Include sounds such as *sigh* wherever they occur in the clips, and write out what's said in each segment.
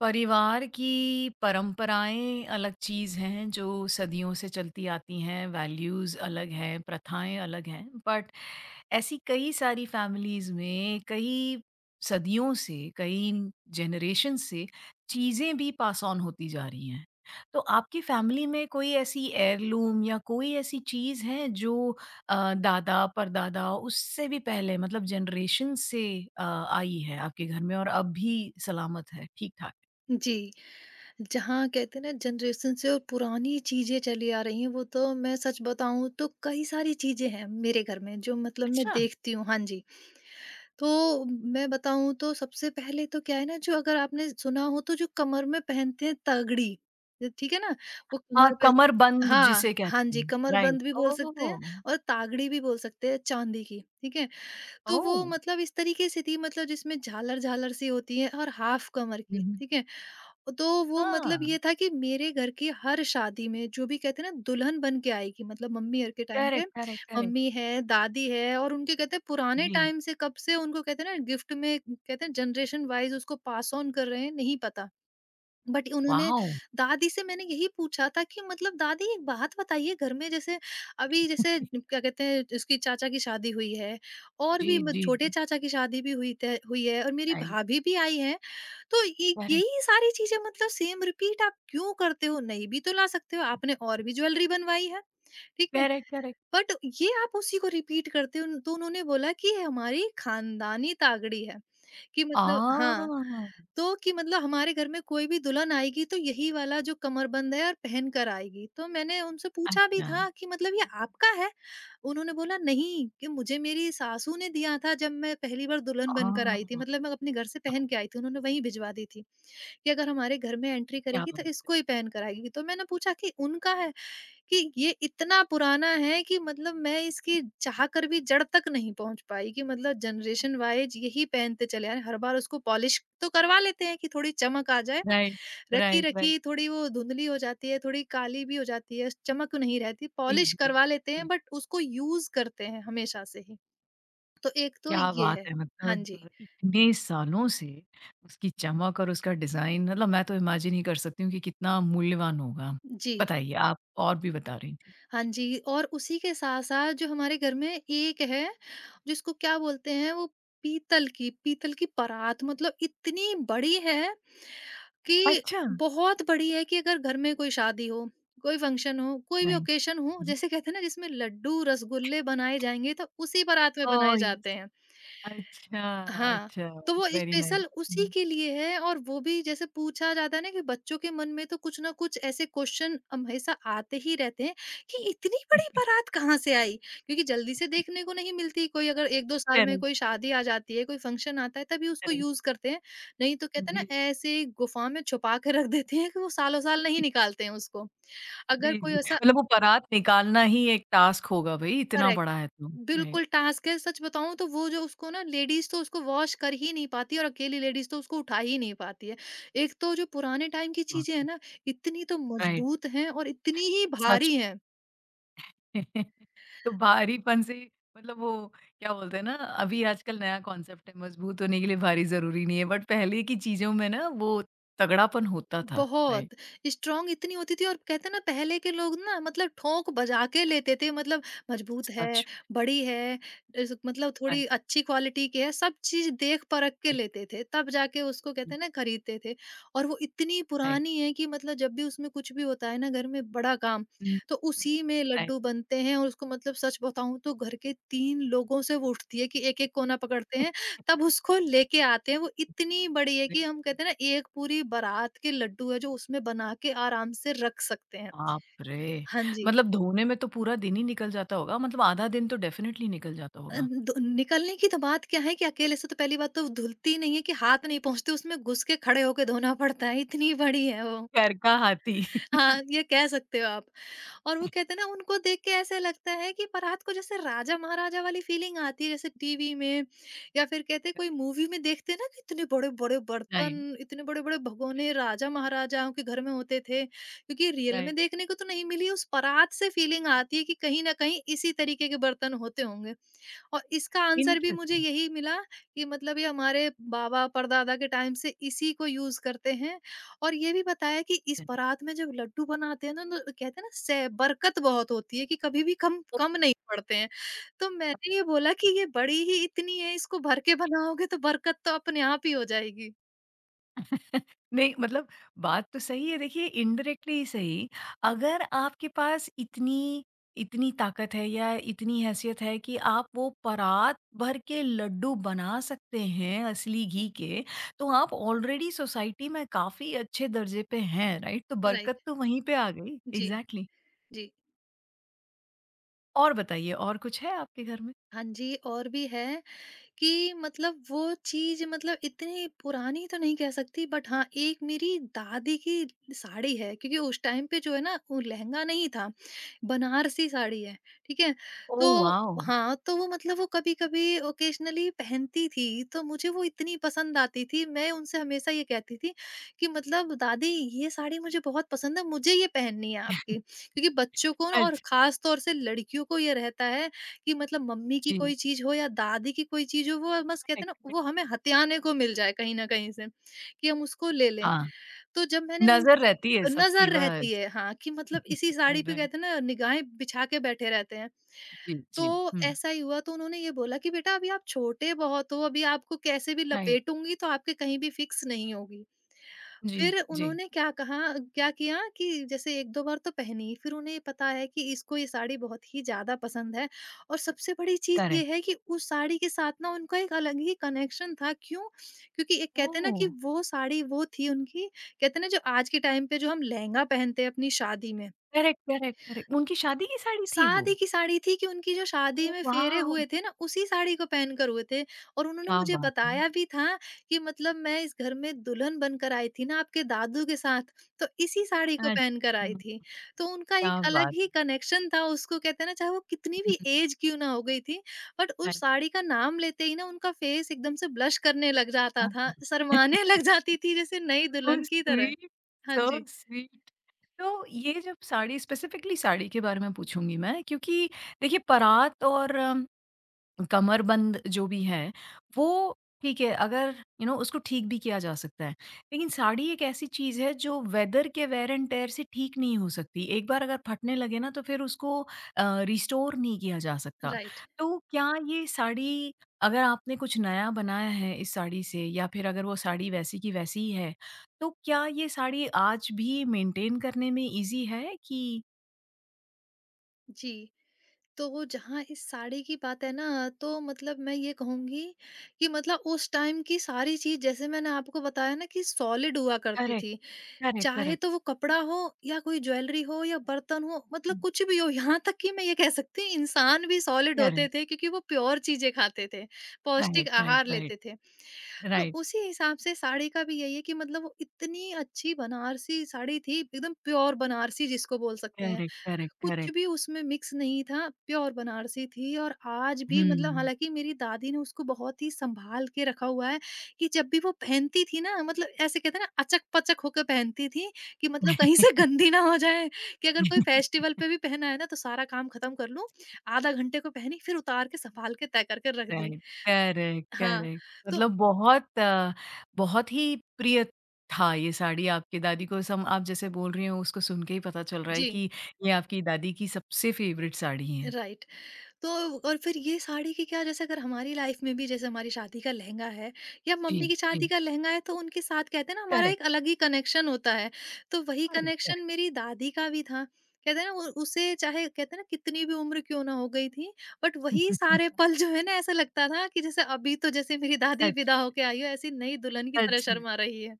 परिवार की परंपराएं अलग चीज़ हैं जो सदियों से चलती आती हैं। वैल्यूज़ अलग हैं, प्रथाएं अलग हैं, बट ऐसी कई सारी फैमिलीज़ में कई सदियों से कई जनरेशन से चीज़ें भी पास ऑन होती जा रही हैं। तो आपकी फैमिली में कोई ऐसी एयरलूम या कोई ऐसी चीज़ है जो दादा परदादा उससे भी पहले मतलब जनरेशन से आई है आपके घर में और अब भी सलामत है ठीक ठाक? जी, जहाँ कहते हैं ना जनरेशन से और पुरानी चीज़ें चली आ रही हैं, वो तो मैं सच बताऊँ तो कई सारी चीज़ें हैं मेरे घर में जो मतलब मैं अच्छा! देखती हूँ, हाँ जी। तो मैं बताऊँ तो सबसे पहले तो क्या है ना, जो अगर आपने सुना हो, तो जो कमर में पहनते हैं तगड़ी, ठीक है ना? वो कमर पे। कमरबंद हाँ, जिसे हाँ कहते जी, हैं, राइट। कमरबंद भी बोल ओह! सकते हैं ओह! और तागड़ी भी बोल सकते हैं, चाँदी की, ठीक है? तो वो मतलब इस तरीके से थी, मतलब जिसमें झालर-झालर सी होती है और हाफ़ कमर हुँ, की, हुँ। ठीक है? तो वो मतलब हाँ, ये था कि मेरे घर की हर शादी में जो भी कहते हैं ना दुल्हन बन के आएगी, मतलब मम्मी घर के टाइम पे, करेक्ट, करेक्ट, करेक्ट। मम्मी है, दादी है, और उनके कहते हैं पुराने जी, टाइम से कब से उनको कहते हैं ना गिफ्ट में, कहते हैं जनरेशन वाइज उसको पास ऑन कर रहे हैं, नहीं पता। बट उन्होंने वाओ! दादी से मैंने यही पूछा था कि मतलब दादी एक बात बताइए, घर में जैसे अभी जैसे क्या कहते हैं, उसकी चाचा की शादी हुई है, और जी, भी जी, छोटे जी, चाचा की शादी भी हुई है और मेरी राइट, भाभी भी आई है। तो करेक्ट, यही सारी चीजें मतलब सेम रिपीट आप क्यों करते हो? नहीं भी तो ला सकते हो, आपने और भी ज्वेलरी बनवाई है, ठीक है। Correct, correct. बट ये आप उसी को रिपीट करते हो। तो उन्होंने बोला कि ये हमारी खानदानी तागड़ी है, कि मतलब हाँ, आह! तो कि मतलब हमारे घर में कोई भी दुल्हन आएगी तो यही वाला जो कमरबंद है और पहन कर आएगी। तो मैंने उनसे पूछा भी अच्छा, था कि मतलब ये आपका है? उन्होंने बोला नहीं, कि मुझे मेरी सासू ने दिया था जब मैं पहली बार दुल्हन बनकर आई थी। आह! मतलब मैं अपने घर से पहन के आई थी, उन्होंने वहीं भिजवा दी थी, कि अगर हमारे घर में एंट्री क्या करेगी तो बात। इसको ही पहन कर आएगी। तो मैंने पूछा कि उनका है? कि ये इतना पुराना है कि मतलब मैं इसकी चाह कर भी जड़ तक नहीं पहुँच पाई कि मतलब जनरेशन वाइज़ यही पहनते चले आ रहे हैं। हर बार उसको पॉलिश तो करवा लेते हैं कि थोड़ी चमक आ जाए। Right, right, right. रखी-रखी थोड़ी वो धुंधली हो जाती है, थोड़ी काली भी हो जाती है, चमक नहीं रहती। जी, पॉलिश जी, करवा लेते हैं, जी। बट उसको यूज़ करते हैं हमेशा से ही। तो एक तो क्या ये बात है। है, हाँ जी। मतलब इतने सालों से उसकी चमक और उसका डिज़ाइन, मतलब मैं तो इमेजिन ही कर सकती हूँ कि कितना मूल्यवान होगा। जी। बताइए, आप और भी बता रही थीं। हाँ जी, और उसी के साथ-साथ जो हमारे घर में एक है, जिसको क्या बोलते हैं, वो पीतल की परात, मतलब इतनी बड़ी है, कि अच्छा। बहुत बड़ी है कि अगर घर में कोई शादी हो, कोई फंक्शन हो, कोई भी नहीं। ओकेशन हो, जी। जैसे कहते हैं ना जिसमें लड्डू, रसगुल्ले बनाए जाएँगे, तो उसी परात में ओह! बनाए जाते यस। हैं। अच्छा, हाँ, अच्छा, तो वो वेरी नाइस। स्पेशल उसी हुँ। के लिए है। और वो भी जैसे पूछा जाता है ना कि बच्चों के मन में तो कुछ ना कुछ ऐसे क्वेश्चन हमेशा आते ही रहते हैं कि इतनी बड़ी बारात कहाँ से आई? क्योंकि जल्दी से देखने को नहीं मिलती। कोई अगर 1-2 साल में करेक्ट, कोई शादी आ जाती है, कोई फंक्शन आता है, तभी उसको करेक्ट। यूज़ करते हैं। नहीं तो *laughs* कहते हैं जी। ना ऐसे ही गुफ़ा में छुपा के रख देते हैं कि वो सालों-साल नहीं निकालते हैं उसको। अगर जी, जी। कोई ऐसा। मतलब वो बारात निकालना ही एक टास्क होगा भई, इतना बड़ा करेक्ट। है तो। राइट, बिल्कुल, टास्क है, सच बताऊँ तो वो, जो उसको ना लेडीज़ तो उसको वॉश कर ही नहीं पाती है और अकेली लेडीज़ तो उसको उठा ही नहीं पाती है। एक तो जो पुराने टाइम की चीज़ें हैं वाक़ई। ना, इतनी तो राइट, मज़बूत हैं और इतनी ही सच भारी में। हैं। *laughs* तो भारीपन से मतलब वो क्या बोलते हैं ना, अभी आजकल नया कॉन्सेप्ट है, मजबूत होने के लिए भारी ज़रूरी नहीं है, बट पहले की चीज़ों में ना वो तगड़ापन होता था। राइट, बहुत स्ट्रांग इतनी होती थी, और कहते हैं ना पहले के लोग ना मतलब ठोंक बजा के लेते थे, मतलब मजबूत है, सच। बड़ी है, मतलब थोड़ी राइट, अच्छी क्वालिटी की है, सब चीज देख परख के राइट, लेते थे, तब जाके उसको हुँ, कहते हैं ना खरीदते थे। और वो इतनी राइट। पुरानी है कि मतलब जब भी उसमें कुछ भी होता है ना, घर में बड़ा काम, हुँ, तो हुँ, उसी में लड्डू राइट। बनते हैं। और उसको मतलब सच बताऊं तो घर के तीन लोगों से वो उठती है, कि एक एक कोना पकड़ते हैं, तब उसको लेके आते हैं। वो इतनी बड़ी है कि हम कहते *laughs* हैं ना एक पूरी बारात के लड्डू है जो उसमें बना के आराम से रख सकते हैं। बाप रे! हाँ जी। मतलब धोने में तो पूरा दिन ही निकल जाता होगा, मतलब आधा दिन तो डेफ़िनेटली निकल जाता होगा। दो निकलने की तो बात क्या है, कि अकेले से तो पहली बात तो धुलती नहीं है, कि हाथ नहीं पहुँचते, उसमें घुस के खड़े होके धोना पड़ता है, इतनी बड़ी है वो। घर का हाथी। *laughs* हाँ, ये कह सकते हो आप। और वो कहते हैं ना उनको देख के ऐसे लगता है, कि परात को जैसे राजा-महाराजा वाली फीलिंग आती है, जैसे टीवी में या फिर कहते हैं कोई मूवी में देखते हैं ना कि इतने बड़े-बड़े राइट, बर्तन, इतने बड़े-बड़े भगोने राइट, राइट, राजा-महाराजाओं के घर में होते थे। क्योंकि रियल में राइट। देखने को तो नहीं मिली, उस परात से फीलिंग आती *laughs* है कि कहीं न कहीं इसी तरीके के बर्तन होते होंगे। और इसका आंसर भी मुझे इंटरेस्टिंग। यही मिला कि मतलब ये हमारे बाबा परदादा के टाइम से इसी को यूज करते हैं। और ये भी बताया कि इस परात में जब लड्डू बनाते हैं ना, तो कहते हैं ना से बरकत बहुत होती है, कि कभी भी कम कम नहीं पड़ते हैं। तो मैंने ये बोला कि ये बड़ी ही इतनी है, इसको भर के बनाओगे तो बरकत तो अपने आप ही हो जाएगी। नहीं मतलब बात तो सही है, देखिए, इनडायरेक्टली ही सही, अगर आपके पास इतनी इतनी ताकत है या इतनी हैसियत है कि आप वो परात भर के लड्डू बना सकते हैं असली घी के, तो आप ऑलरेडी सोसाइटी में काफी अच्छे दर्जे पे हैं, राइट, तो बरकत राइट। तो वहीं पे आ गई, जी। Exactly exactly। जी। और बताइए, और कुछ है आपके घर में? हाँ जी, और भी है कि मतलब वो चीज़, मतलब इतनी पुरानी तो नहीं कह सकती, बट हाँ, एक मेरी दादी की साड़ी है, क्योंकि उस टाइम पे जो है ना वो लहंगा नहीं था, बनारसी साड़ी है, ठीक है? ओह तो वाओ! हाँ, तो वो मतलब वो कभी-कभी ओकेज़नली पहनती थी, तो मुझे वो इतनी पसंद आती थी, मैं उनसे हमेशा ये कहती थी कि मतलब दादी ये साड़ी मुझे बहुत पसंद है, मुझे ये पहननी है आपकी। *laughs* क्योंकि बच्चों को ना, और अच्छा। ख़ास तौर से लड़कियों को ये रहता है कि मतलब मम्मी की जी, कोई चीज़ हो या दादी की कोई चीज़ हो, वो बस कहते हैं correct, ना correct। वो हमें हथियाने को मिल जाए कहीं न कहीं से, कि हम उसको ले लें। हाँ। तो जब मैंने उन। नजर रहती है नज़र सबकी बस। रहती है, हाँ, कि मतलब *laughs* इसी साड़ी पे राइट। कहते हैं ना निगाहें बिछा के बैठे रहते हैं। जी, जी। तो हम्म, ऐसा ही हुआ, तो उन्होंने ये बोला कि बेटा अभी आप छोटे बहुत हो, अभी आपको कैसे भी राइट, लपेटूँगी तो आपके कहीं भी फिक्स नहीं होगी। जी, फिर जी, उन्होंने क्या कहा, क्या किया कि जैसे 1-2 बार तो पहनी, फिर उन्हें पता है कि इसको ये साड़ी बहुत ही ज़्यादा पसंद है। और सबसे बड़ी चीज़ ये करेक्ट। है कि उस साड़ी के साथ ना उनका एक अलग ही कनेक्शन था, क्यों? क्योंकि एक कहते हैं ना ओह! कि वो साड़ी वो थी उनकी, कहते हैं ना जो आज के टाइम पे जो हम लहंगा पहनते हैं अपनी शादी में, करेक्ट, करेक्ट, करेक्ट। उनकी शादी की साड़ी थी वो? शादी की साड़ी थी, कि उनकी जो शादी ओह में फेरे वाओ! हुए थे ना, उसी साड़ी को पहनकर हुए थे। और उन्होंने क्या मुझे बात है! बताया भी था कि मतलब मैं इस घर में दुल्हन बनकर आई थी ना आपके दादू के साथ, तो इसी साड़ी को अच्छा, पहनकर आई थी। तो उनका क्या एक अलग बात ही है! कनेक्शन था उसको, कहते हैं ना, चाहे वो कितनी भी हुँ, ऐज क्यों ना हो गई थी, बट उस राइट। साड़ी का नाम लेते ही ना उनका फेस एकदम से ब्लश करने लग जाता हाँ, था, हाँ। शर्माने *laughs* लग *laughs* जाती थी जैसे नई सो दुल्हन की तरह। स्वीट, हाँ सो जी, स्वीट। *laughs* तो ये जब साड़ी, स्पेसिफिकली साड़ी के बारे में पूछूँगी मैं, क्योंकि देखिए, बारात और कमरबंद जो भी है, वो ठीक है, अगर यू नो उसको ठीक भी किया जा सकता है। लेकिन साड़ी एक ऐसी चीज़ है जो वेदर के वेयर एंड टेयर से ठीक नहीं हो सकती। एक बार अगर फटने लगे ना तो फिर उसको रिस्टोर नहीं किया जा सकता। राइट। तो क्या ये साड़ी, अगर आपने कुछ नया बनाया है इस साड़ी से या फिर अगर वो साड़ी वैसी की वैसी ही है, तो क्या ये साड़ी आज भी मेंटेन करने में ईज़ी है कि? जी। तो जहाँ इस साड़ी की बात है ना, तो मतलब मैं ये कहूँगी कि मतलब उस टाइम की सारी चीज़, जैसे मैंने आपको बताया ना, कि सॉलिड हुआ करती करेक्ट, थी। करेक्ट, चाहे करेक्ट। तो वो कपड़ा हो या कोई ज्वेलरी हो या बर्तन हो, मतलब कुछ भी हो, यहाँ तक कि मैं ये कह सकती हूँ इंसान भी सॉलिड होते करेक्ट, थे, क्योंकि वो प्योर चीज़ें खाते थे, पौष्टिक राइट, राइट, आहार राइट, लेते थे। तो राइट। उसी हिसाब से साड़ी का भी यही है कि मतलब वो इतनी अच्छी बनारसी साड़ी थी, एकदम प्योर बनारसी जिसको बोल सकते हैं। करेक्ट, करेक्ट, कुछ करेक्ट। भी उसमें मिक्स नहीं था, प्योर बनारसी थी। और आज भी मतलब हुँ। हालाँकि मेरी दादी ने उसको बहुत ही सँभाल के रखा हुआ है, कि जब भी वो पहनती थी ना, मतलब ऐसे कहते हैं ना अचक-पचक होके पहनती थी, कि मतलब कहीं से *laughs* गंदी ना हो जाए, कि अगर कोई फेस्टिवल पे भी पहना है ना, तो सारा काम खत्म कर लूँ, आधा घंटे को पहनी फिर उतार के सँभाल के तय करके रख दी। राइट, करेक्ट, हाँ, करेक्ट। *laughs* तो मतलब बहुत बहुत ही प्रिय था ये साड़ी आपकी दादी को। सम आप जैसे बोल रही हो उसको सुन के ही पता चल रहा है जी, कि ये आपकी दादी की सबसे फ़ेवरेट साड़ी है। राइट। तो और फिर ये साड़ी की क्या, जैसे अगर हमारी लाइफ में भी जैसे हमारी शादी का लहंगा है या जी, मम्मी की शादी जी। का लहंगा है, तो उनके साथ कहते हैं ना हमारा करेक्ट, एक अलग ही कनेक्शन होता है। तो वही करेक्ट, कनेक्शन करेक्ट। मेरी दादी का भी था, कहते हैं ना, उसे चाहे कहते हैं ना कितनी भी उम्र क्यों ना हो गई थी, बट वही सारे *laughs* *laughs* पल जो है ना ऐसा लगता था कि जैसे अभी तो जैसे मेरी दादी सच, विदा होके आई हो, ऐसी नई दुल्हन की तरह सच में। शर्मा रही है।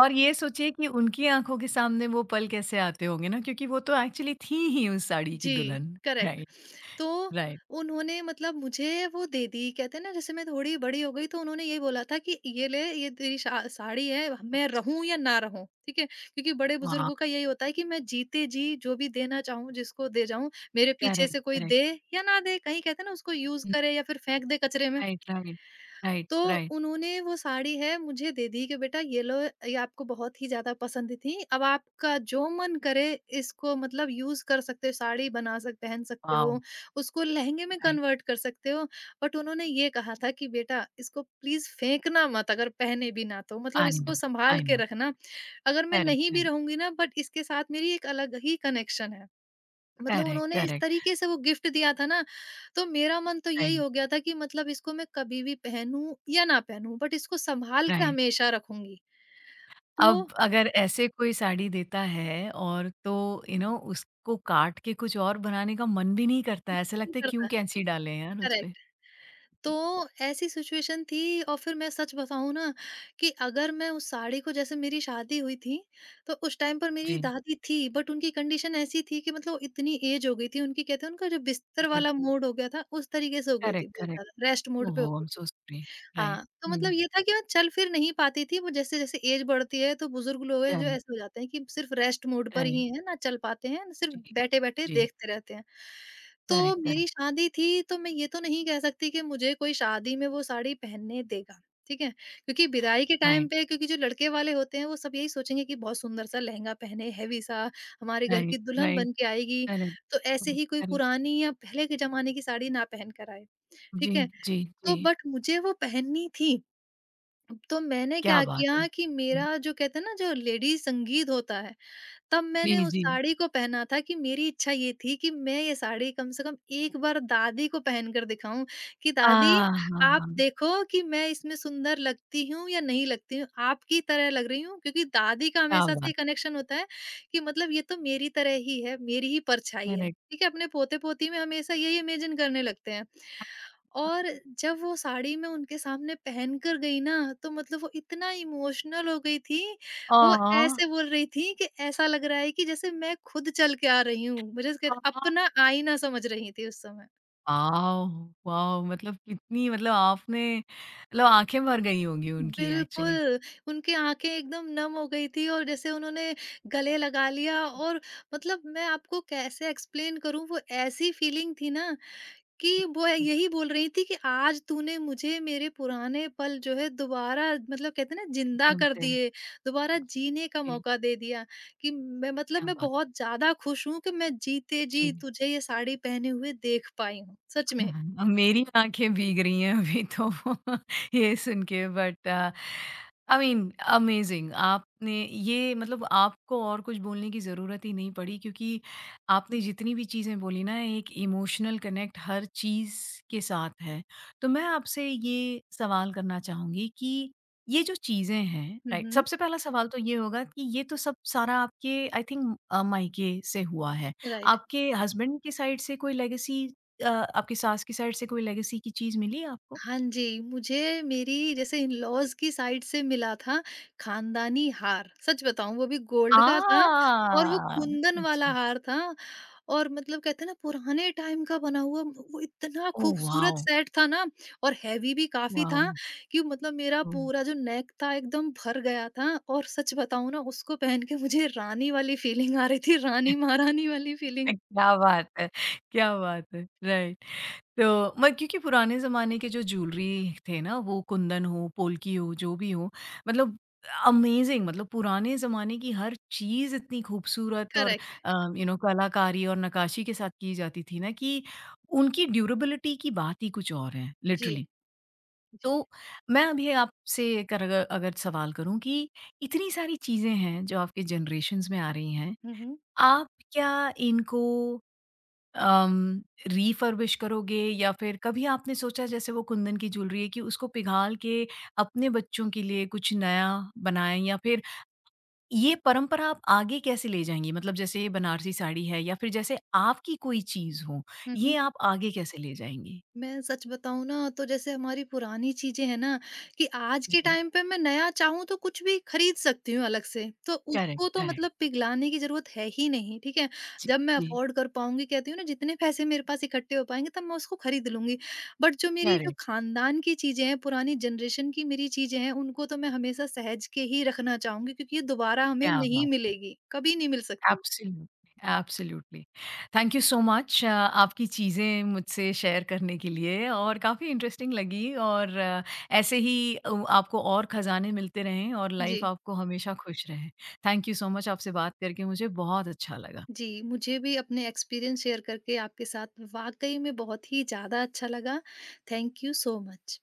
और ये सोचिए कि उनकी आँखों के सामने वो पल कैसे आते होंगे ना, क्योंकि वो तो एक्चुअली थी ही उस साड़ी की जी। दुल्हन। करेक्ट। राइट, तो राइट। उन्होंने मतलब मुझे वो दे दी, कहते हैं ना, जैसे मैं थोड़ी बड़ी हो गई तो उन्होंने ये बोला था कि ये ले, ये तेरी साड़ी है, मैं रहूं या ना रहूं, ठीक है? क्योंकि बड़े वाह! बुजुर्गों का यही होता है कि मैं जीते जी जो भी देना चाहूं, जिसको दे जाऊं। मेरे पीछे करेक्ट, से कोई करेक्ट। दे या ना दे, कहीं कहते हैं ना, उसको यूज करे या फिर फेंक दे कचरे में। राइट, राइट, राइट, तो राइट। उन्होंने वो साड़ी है मुझे दे दी कि बेटा ये लो, ये आपको बहुत ही ज़्यादा पसंद थी। अब आपका जो मन करे, इसको मतलब यूज़ कर सकते हो, साड़ी बना सक पहन सकते वाव! हो, उसको लहंगे में राइट। कन्वर्ट कर सकते हो। बट उन्होंने ये कहा था कि बेटा इसको प्लीज़ फेंकना मत, अगर पहने भी ना तो, मतलब आई इसको नो, सँभाल आई के नो। रखना। अगर मैं करेक्ट, नहीं भी करेक्ट, रहूँगी ना, बट इसके साथ मेरी एक अलग ही कनेक्शन है। मतलब करेक्ट, उन्होंने इस करेक्ट। तरीके से वो गिफ्ट दिया था ना। तो मेरा मन तो यही राइट, हो गया था कि मतलब इसको मैं कभी भी पहनूं या ना पहनूं, बट इसको संभाल के राइट। हमेशा रखूंगी। तो अब अगर ऐसे कोई साड़ी देता है और तो यू नो उसको काट के कुछ और बनाने का मन भी नहीं करता है, ऐसा नहीं लगता है क्यों करता। कैंची डालें यार उस पे? करेक्ट। तो ऐसी सिचुएशन थी, और फिर मैं सच बताऊं ना, कि अगर मैं उस साड़ी को, जैसे मेरी शादी हुई थी, तो उस टाइम पर मेरी जी, दादी थी, बट उनकी कंडीशन ऐसी थी कि मतलब इतनी एज हो गई थी उनकी, कहते हैं उनका जो बिस्तर जी। वाला मोड हो गया था, उस तरीके से हो गई थी, करेक्ट, बहुत करेक्ट। ज्यादा रेस्ट मोड ओह! पे हो आई गई एम थी। So sorry. राइट। हाँ, तो मतलब हुँ। ये था कि मैं चल फिर नहीं पाती थी, वो जैसे-जैसे एज बढ़ती है तो बुजुर्ग लोग हैं जो करेक्ट, ऐसे हो जाते हैं कि सिर्फ रेस्ट मोड पर राइट। ही हैं, ना चल पाते हैं, ना सिर्फ जी, बैठे-बैठे जी। देखते रहते हैं। तो करेक्ट, करेक्ट। मेरी शादी थी तो मैं ये तो नहीं कह सकती कि मुझे कोई शादी में वो साड़ी पहनने देगा, ठीक है? क्योंकि विदाई के टाइम राइट, पे, क्योंकि जो लड़के वाले होते हैं वो सब यही सोचेंगे कि बहुत सुंदर-सा लहंगा पहने, हैवी-सा, हमारे घर राइट, की दुल्हन राइट। बन के आएगी, करेक्ट, तो ऐसे करेक्ट, ही कोई करेक्ट। पुरानी या पहले के ज़माने की साड़ी ना पहन कर आए, जी, ठीक है? जी, जी। तो बट मुझे वो पहननी थी। तो मैंने क्या क्या बात है! किया कि मेरा जो, कहते हैं ना, जो लेडी संगीत होता है, तब जी, मैंने उस जी। साड़ी को पहना था कि मेरी इच्छा ये थी कि मैं ये साड़ी कम से कम एक बार दादी को पहनकर दिखाऊँ कि दादी, हाँ, हाँ, आप हाँ। देखो कि मैं इसमें सुंदर लगती हूँ या नहीं लगती हूँ, आपकी तरह लग रही हूँ, क्योंकि दादी का क्या हमेशा से बात! ये कनेक्शन होता है कि मतलब ये तो मेरी तरह ही है, मेरी ही परछाई है। करेक्ट। ठीक है? अपने पोते-पोती में हमेशा यही इमेजिन करने लगते हैं। और जब वो साड़ी मैं उनके सामने पहनकर गई ना, तो मतलब वो इतना इमोशनल हो गई थी, वो ऑह! ऐसे बोल रही थी कि ऐसा लग रहा है कि जैसे मैं खुद चल के आ रही हूँ। मुझे उसके अपना आईना समझ रही थी उस समय। वॉव! वॉव! मतलब कितनी, मतलब आपने, मतलब आँखें भर गई होंगी उनकी एक्चुअली। बिल्कुल, उनकी आँखें एकदम नम हो गई थी, और जैसे उन्होंने गले लगा लिया, और मतलब मैं आपको कैसे एक्सप्लेन करूँ, वो ऐसी फीलिंग थी ना, कि वो यही बोल रही थी कि आज तूने मुझे मेरे पुराने पल जो है दोबारा, मतलब कहते हैं ना, जिंदा कसम कर से। दिए, दोबारा जीने का जी, मौका दे दिया, कि मैं, मतलब क्या मैं बात! बहुत ज़्यादा खुश हूँ कि मैं जीते जी जी। तुझे ये साड़ी पहने हुए देख पाई हूँ। सच में। हाँ, अब मेरी आँखें भीग रही हैं अभी तो। *laughs* ये सुन के, बट आई मीन अमेजिंग। आपने ये मतलब आपको और कुछ बोलने की ज़रूरत ही नहीं पड़ी, क्योंकि आपने जितनी भी चीज़ें बोली ना, एक इमोशनल कनेक्ट हर चीज़ के साथ है। तो मैं आपसे ये सवाल करना चाहूँगी कि ये जो चीज़ें हैं, हुँ, राइट? हुँ। सबसे पहला सवाल तो ये होगा कि ये तो सब सारा आपके, आई थिंक, मायके से हुआ है। राइट। आपके हस्बैंड के साइड से कोई लेगेसी, आपकी सास की साइड से कोई लेगेसी की चीज़ मिली आपको? हाँ जी, मुझे मेरी, जैसे इन-लॉज़ की साइड से मिला था खानदानी हार। सच बताऊँ, वो भी गोल्ड आ! का था, और वो कुंदन वाला अच्छा। हार था, और मतलब कहते हैं ना पुराने टाइम का बना हुआ वो इतना ओह खूबसूरत वाओ! सेट था ना, और हैवी भी काफी था, वाओ! कि मतलब मेरा ओह! पूरा जो नेक था एकदम भर गया था। और सच बताऊं ना, उसको पहन के मुझे रानी वाली फीलिंग आ रही थी, रानी *laughs* महारानी वाली फीलिंग। क्या बात है! क्या बात है! राइट। तो म क्योंकि पुराने ज़माने के जो जूलरी थे ना, वो कुंदन हो, पोल्की हो, जो भी हो, मतलब अमेज़िंग। मतलब पुराने ज़माने की हर चीज़ इतनी खूबसूरत, और करेक्ट। अ, यू नो कलाकारी और नक्काशी के साथ की जाती थी ना कि उनकी ड्यूरेबिलिटी की बात ही कुछ और है, जी। लिटरली। जी। तो मैं अभी आपसे कर, अगर अगर सवाल करूँ कि इतनी सारी चीज़ें हैं जो आपके जनरेशन्स में आ रही हैं, हम्म, आप क्या इनको अम, रिफर्बिश करोगे, या फिर कभी आपने सोचा जैसे वो कुंदन की ज्वेलरी है कि उसको पिघाल के अपने बच्चों के लिए कुछ नया बनाएँ, या फिर ये परंपरा आप आगे कैसे ले जाएँगी? मतलब जैसे ये बनारसी साड़ी है या फिर जैसे आपकी कोई चीज़ हो, हम्म। ये आप आगे कैसे ले जाएँगी? मैं सच बताऊँ ना, तो जैसे हमारी पुरानी चीज़ें हैं ना, कि आज के जी, टाइम पे मैं नया चाहूँ तो कुछ भी खरीद सकती हूँ अलग से। तो करेक्ट, उसको तो करेक्ट। मतलब पिघलाने की ज़रूरत है ही नहीं, ठीक है? जी, जब मैं जी, अफ़ोर्ड कर पाऊँगी, कहती हूँ ना, जितने पैसे मेरे पास इकट्ठे हो पाएँगे तब मैं उसको खरीद लूँगी। बट जो मेरी जो करेक्ट। ख़ानदान की चीज़ें हैं, पुरानी जनरेशन की मेरी चीज़ें हैं, उनको तो मैं हमेशा सहेज के ही रखना चाहूँगी क्योंकि ये दोबारा हमें क्या नहीं बात! मिलेगी, कभी नहीं मिल सकती। Absolutely, absolutely. Thank you so much, आपकी चीज़ें मुझसे शेयर करने के लिए, और काफ़ी इंटरेस्टिंग लगी। और ऐसे ही, आपको और खज़ाने मिलते रहें और लाइफ़ जी। आपको हमेशा खुश रहे। थैंक यू सो मच, आपसे बात करके मुझे बहुत अच्छा लगा। जी, मुझे भी अपने एक्सपीरियंस शेयर करके आपके साथ वाक़ई में बहुत ही ज़्यादा अच्छा लगा। Thank you so much.